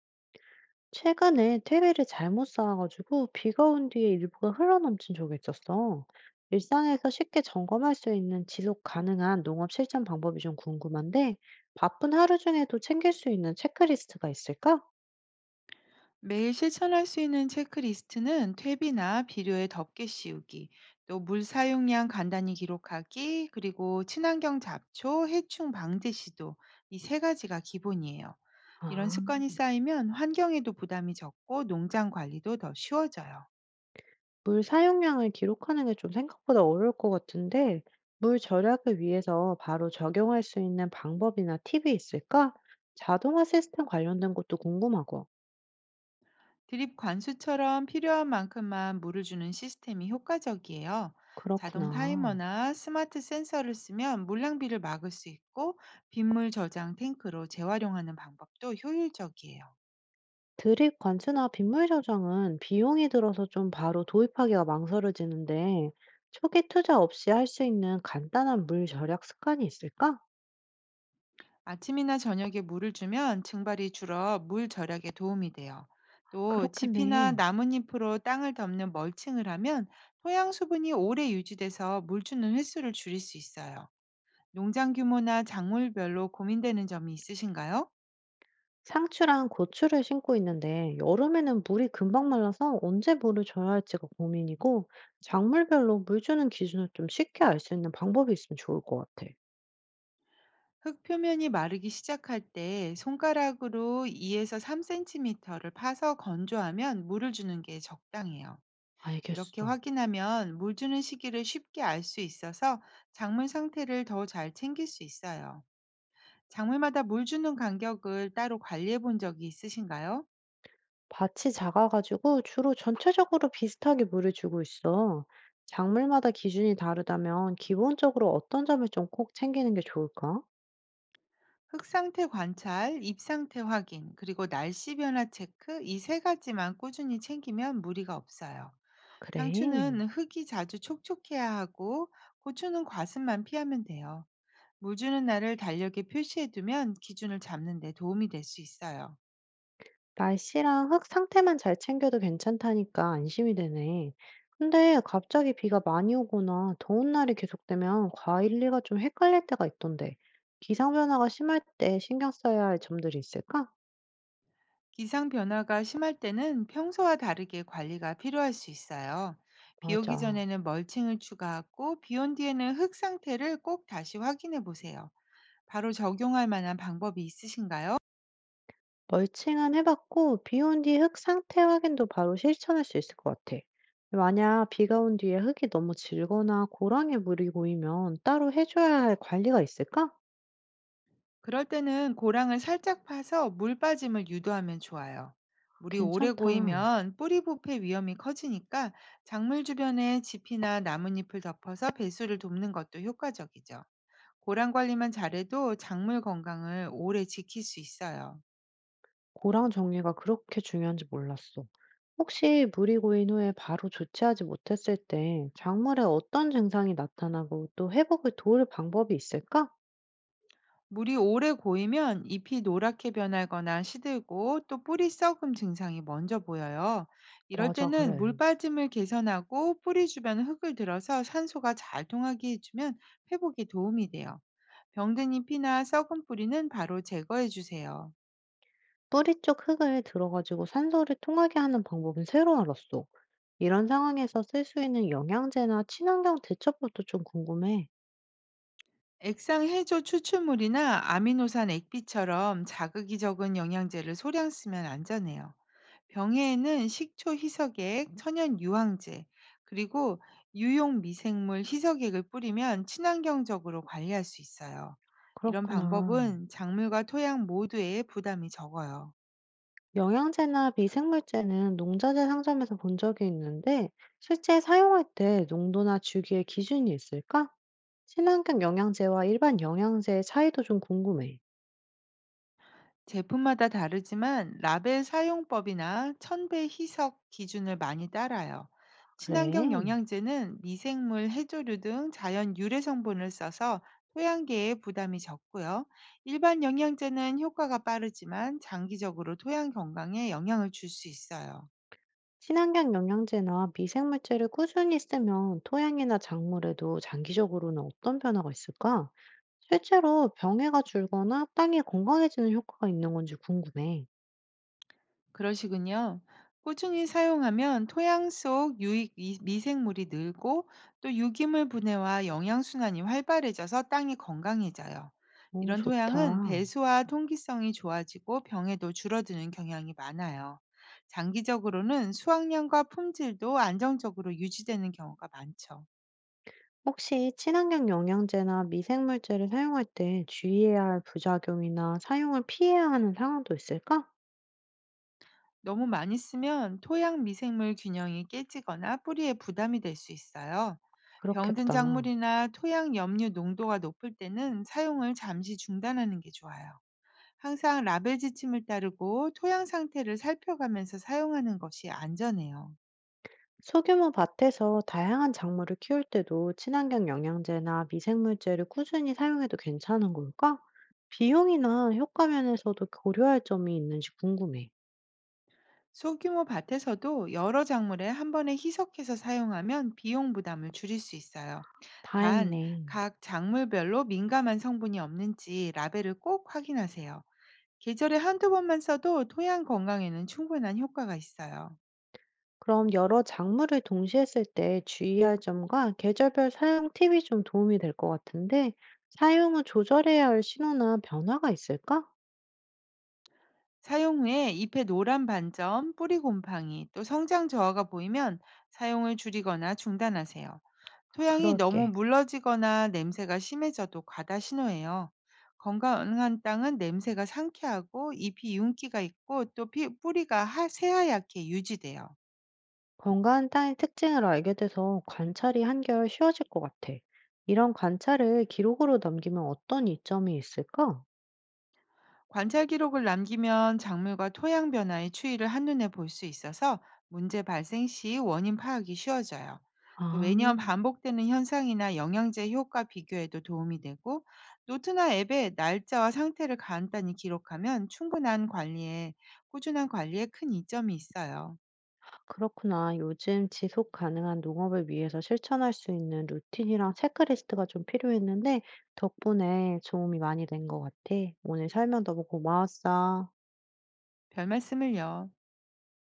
최근에 퇴비를 잘못 쌓아가지고 비가 온 뒤에 일부가 흘러넘친 적이 있었어. 일상에서 쉽게 점검할 수 있는 지속 가능한 농업 실천 방법이 좀 궁금한데, 바쁜 하루 중에도 챙길 수 있는 체크리스트가 있을까? 매일 실천할 수 있는 체크리스트는 퇴비나 비료의 덮개 씌우기, 또 물 사용량 간단히 기록하기, 그리고 친환경 잡초, 해충 방제 시도, 이 세 가지가 기본이에요. 이런 아, 습관이 쌓이면 환경에도 부담이 적고 농장 관리도 더 쉬워져요. 물 사용량을 기록하는 게 좀 생각보다 어려울 것 같은데, 물 절약을 위해서 바로 적용할 수 있는 방법이나 팁이 있을까? 자동화 시스템 관련된 것도 궁금하고. 드립 관수처럼 필요한 만큼만 물을 주는 시스템이 효과적이에요. 자동 그렇구나. 타이머나 스마트 센서를 쓰면 물 낭비를 막을 수 있고, 빗물 저장 탱크로 재활용하는 방법도 효율적이에요. 드립 관수나 빗물 저장은 비용이 들어서 좀 바로 도입하기가 망설여지는데 초기 투자 없이 할 수 있는 간단한 물 절약 습관이 있을까? 아침이나 저녁에 물을 주면 증발이 줄어 물 절약에 도움이 돼요. 또 지피나 그렇겠네. 나뭇잎으로 땅을 덮는 멀칭을 하면 토양 수분이 오래 유지돼서 물 주는 횟수를 줄일 수 있어요. 농장 규모나 작물별로 고민되는 점이 있으신가요? 상추랑 고추를 심고 있는데 여름에는 물이 금방 말라서 언제 물을 줘야 할지가 고민이고 작물별로 물 주는 기준을 좀 쉽게 알 수 있는 방법이 있으면 좋을 것 같아. 흙 표면이 마르기 시작할 때 손가락으로 2에서 3cm를 파서 건조하면 물을 주는 게 적당해요. 이렇게 알겠어. 확인하면 물 주는 시기를 쉽게 알 수 있어서 작물 상태를 더 잘 챙길 수 있어요. 작물마다 물 주는 간격을 따로 관리해 본 적이 있으신가요? 밭이 작아 가지고 주로 전체적으로 비슷하게 물을 주고 있어. 작물마다 기준이 다르다면 기본적으로 어떤 점을 좀 꼭 챙기는 게 좋을까? 흙 상태 관찰, 잎 상태 확인, 그리고 날씨 변화 체크, 이 세 가지만 꾸준히 챙기면 무리가 없어요. 그래. 상추는 흙이 자주 촉촉해야 하고, 고추는 과습만 피하면 돼요. 물 주는 날을 달력에 표시해두면 기준을 잡는 데 도움이 될 수 있어요. 날씨랑 흙 상태만 잘 챙겨도 괜찮다니까 안심이 되네. 근데 갑자기 비가 많이 오거나 더운 날이 계속되면 과일리가 좀 헷갈릴 때가 있던데. 기상 변화가 심할 때 신경 써야 할 점들이 있을까? 기상 변화가 심할 때는 평소와 다르게 관리가 필요할 수 있어요. 비 오기 맞아. 전에는 멀칭을 추가하고, 비 온 뒤에는 흙 상태를 꼭 다시 확인해 보세요. 바로 적용할 만한 방법이 있으신가요? 멀칭은 해봤고 비 온 뒤 흙 상태 확인도 바로 실천할 수 있을 것 같아. 만약 비가 온 뒤에 흙이 너무 질거나 고랑에 물이 고이면 따로 해줘야 할 관리가 있을까? 그럴 때는 고랑을 살짝 파서 물 빠짐을 유도하면 좋아요. 물이 오래 괜찮다. 고이면 뿌리 부패 위험이 커지니까 작물 주변에 짚이나 나뭇잎을 덮어서 배수를 돕는 것도 효과적이죠. 고랑 관리만 잘해도 작물 건강을 오래 지킬 수 있어요. 고랑 정리가 그렇게 중요한지 몰랐어. 혹시 물이 고인 후에 바로 조치하지 못했을 때 작물에 어떤 증상이 나타나고 또 회복을 도울 방법이 있을까? 물이 오래 고이면 잎이 노랗게 변하거나 시들고, 또 뿌리 썩음 증상이 먼저 보여요. 이럴 맞아, 때는 물 그래. 빠짐을 개선하고 뿌리 주변 흙을 들어서 산소가 잘 통하게 해주면 회복에 도움이 돼요. 병든 잎이나 썩은 뿌리는 바로 제거해 주세요. 뿌리 쪽 흙을 들어가지고 산소를 통하게 하는 방법은 새로 알았어. 이런 상황에서 쓸 수 있는 영양제나 친환경 대처법도 좀 궁금해. 액상 해조 추출물이나 아미노산 액비처럼 자극이 적은 영양제를 소량 쓰면 안전해요. 병해에는 식초 희석액, 천연 유황제, 그리고 유용 미생물 희석액을 뿌리면 친환경적으로 관리할 수 있어요. 이런 그렇구나. 방법은 작물과 토양 모두에 부담이 적어요. 영양제나 미생물제는 농자재 상점에서 본 적이 있는데 실제 사용할 때 농도나 주기의 기준이 있을까? 친환경 영양제와 일반 영양제의 차이도 좀 궁금해. 제품마다 다르지만 라벨 사용법이나 천배 희석 기준을 많이 따라요. 친환경 그래. 영양제는 미생물, 해조류 등 자연 유래 성분을 써서 토양계에 부담이 적고요. 일반 영양제는 효과가 빠르지만 장기적으로 토양 건강에 영향을 줄 수 있어요. 친환경 영양제나 미생물제를 꾸준히 쓰면 토양이나 작물에도 장기적으로는 어떤 변화가 있을까? 실제로 병해가 줄거나 땅이 건강해지는 효과가 있는 건지 궁금해. 그러시군요. 꾸준히 사용하면 토양 속 유익 미생물이 늘고, 또 유기물 분해와 영양순환이 활발해져서 땅이 건강해져요. 오, 이런 토양은 좋다. 배수와 통기성이 좋아지고 병에도 줄어드는 경향이 많아요. 장기적으로는 수확량과 품질도 안정적으로 유지되는 경우가 많죠. 혹시 친환경 영양제나 미생물제를 사용할 때 주의해야 할 부작용이나 사용을 피해야 하는 상황도 있을까? 너무 많이 쓰면 토양 미생물 균형이 깨지거나 뿌리에 부담이 될 수 있어요. 병든 그렇겠다. 작물이나 토양 염류 농도가 높을 때는 사용을 잠시 중단하는 게 좋아요. 항상 라벨 지침을 따르고 토양 상태를 살펴가면서 사용하는 것이 안전해요. 소규모 밭에서 다양한 작물을 키울 때도 친환경 영양제나 미생물제를 꾸준히 사용해도 괜찮은 걸까? 비용이나 효과 면에서도 고려할 점이 있는지 궁금해. 소규모 밭에서도 여러 작물에 한 번에 희석해서 사용하면 비용 부담을 줄일 수 있어요. 단, 다행이네. 각 작물별로 민감한 성분이 없는지 라벨을 꼭 확인하세요. 계절에 한두 번만 써도 토양 건강에는 충분한 효과가 있어요. 그럼 여러 작물을 동시에 쓸 때 주의할 점과 계절별 사용 팁이 좀 도움이 될 것 같은데, 사용 후 조절해야 할 신호나 변화가 있을까? 사용 후에 잎의 노란 반점, 뿌리 곰팡이, 또 성장 저하가 보이면 사용을 줄이거나 중단하세요. 토양이 너무 그럴게. 물러지거나 냄새가 심해져도 과다 신호예요. 건강한 땅은 냄새가 상쾌하고, 잎이 윤기가 있고, 또 뿌리가 새하얗게 유지돼요. 건강한 땅의 특징을 알게 돼서 관찰이 한결 쉬워질 것 같아. 이런 관찰을 기록으로 남기면 어떤 이점이 있을까? 관찰 기록을 남기면 작물과 토양 변화의 추이를 한눈에 볼 수 있어서 문제 발생 시 원인 파악이 쉬워져요. 또 아. 매년 반복되는 현상이나 영양제 효과 비교에도 도움이 되고, 노트나 앱에 날짜와 상태를 간단히 기록하면 충분한 관리에 꾸준한 관리에 큰 이점이 있어요. 그렇구나. 요즘 지속 가능한 농업을 위해서 실천할 수 있는 루틴이랑 체크리스트가 좀 필요했는데, 덕분에 도움이 많이 된 것 같아. 오늘 설명 너무 고마웠어. 별 말씀을요.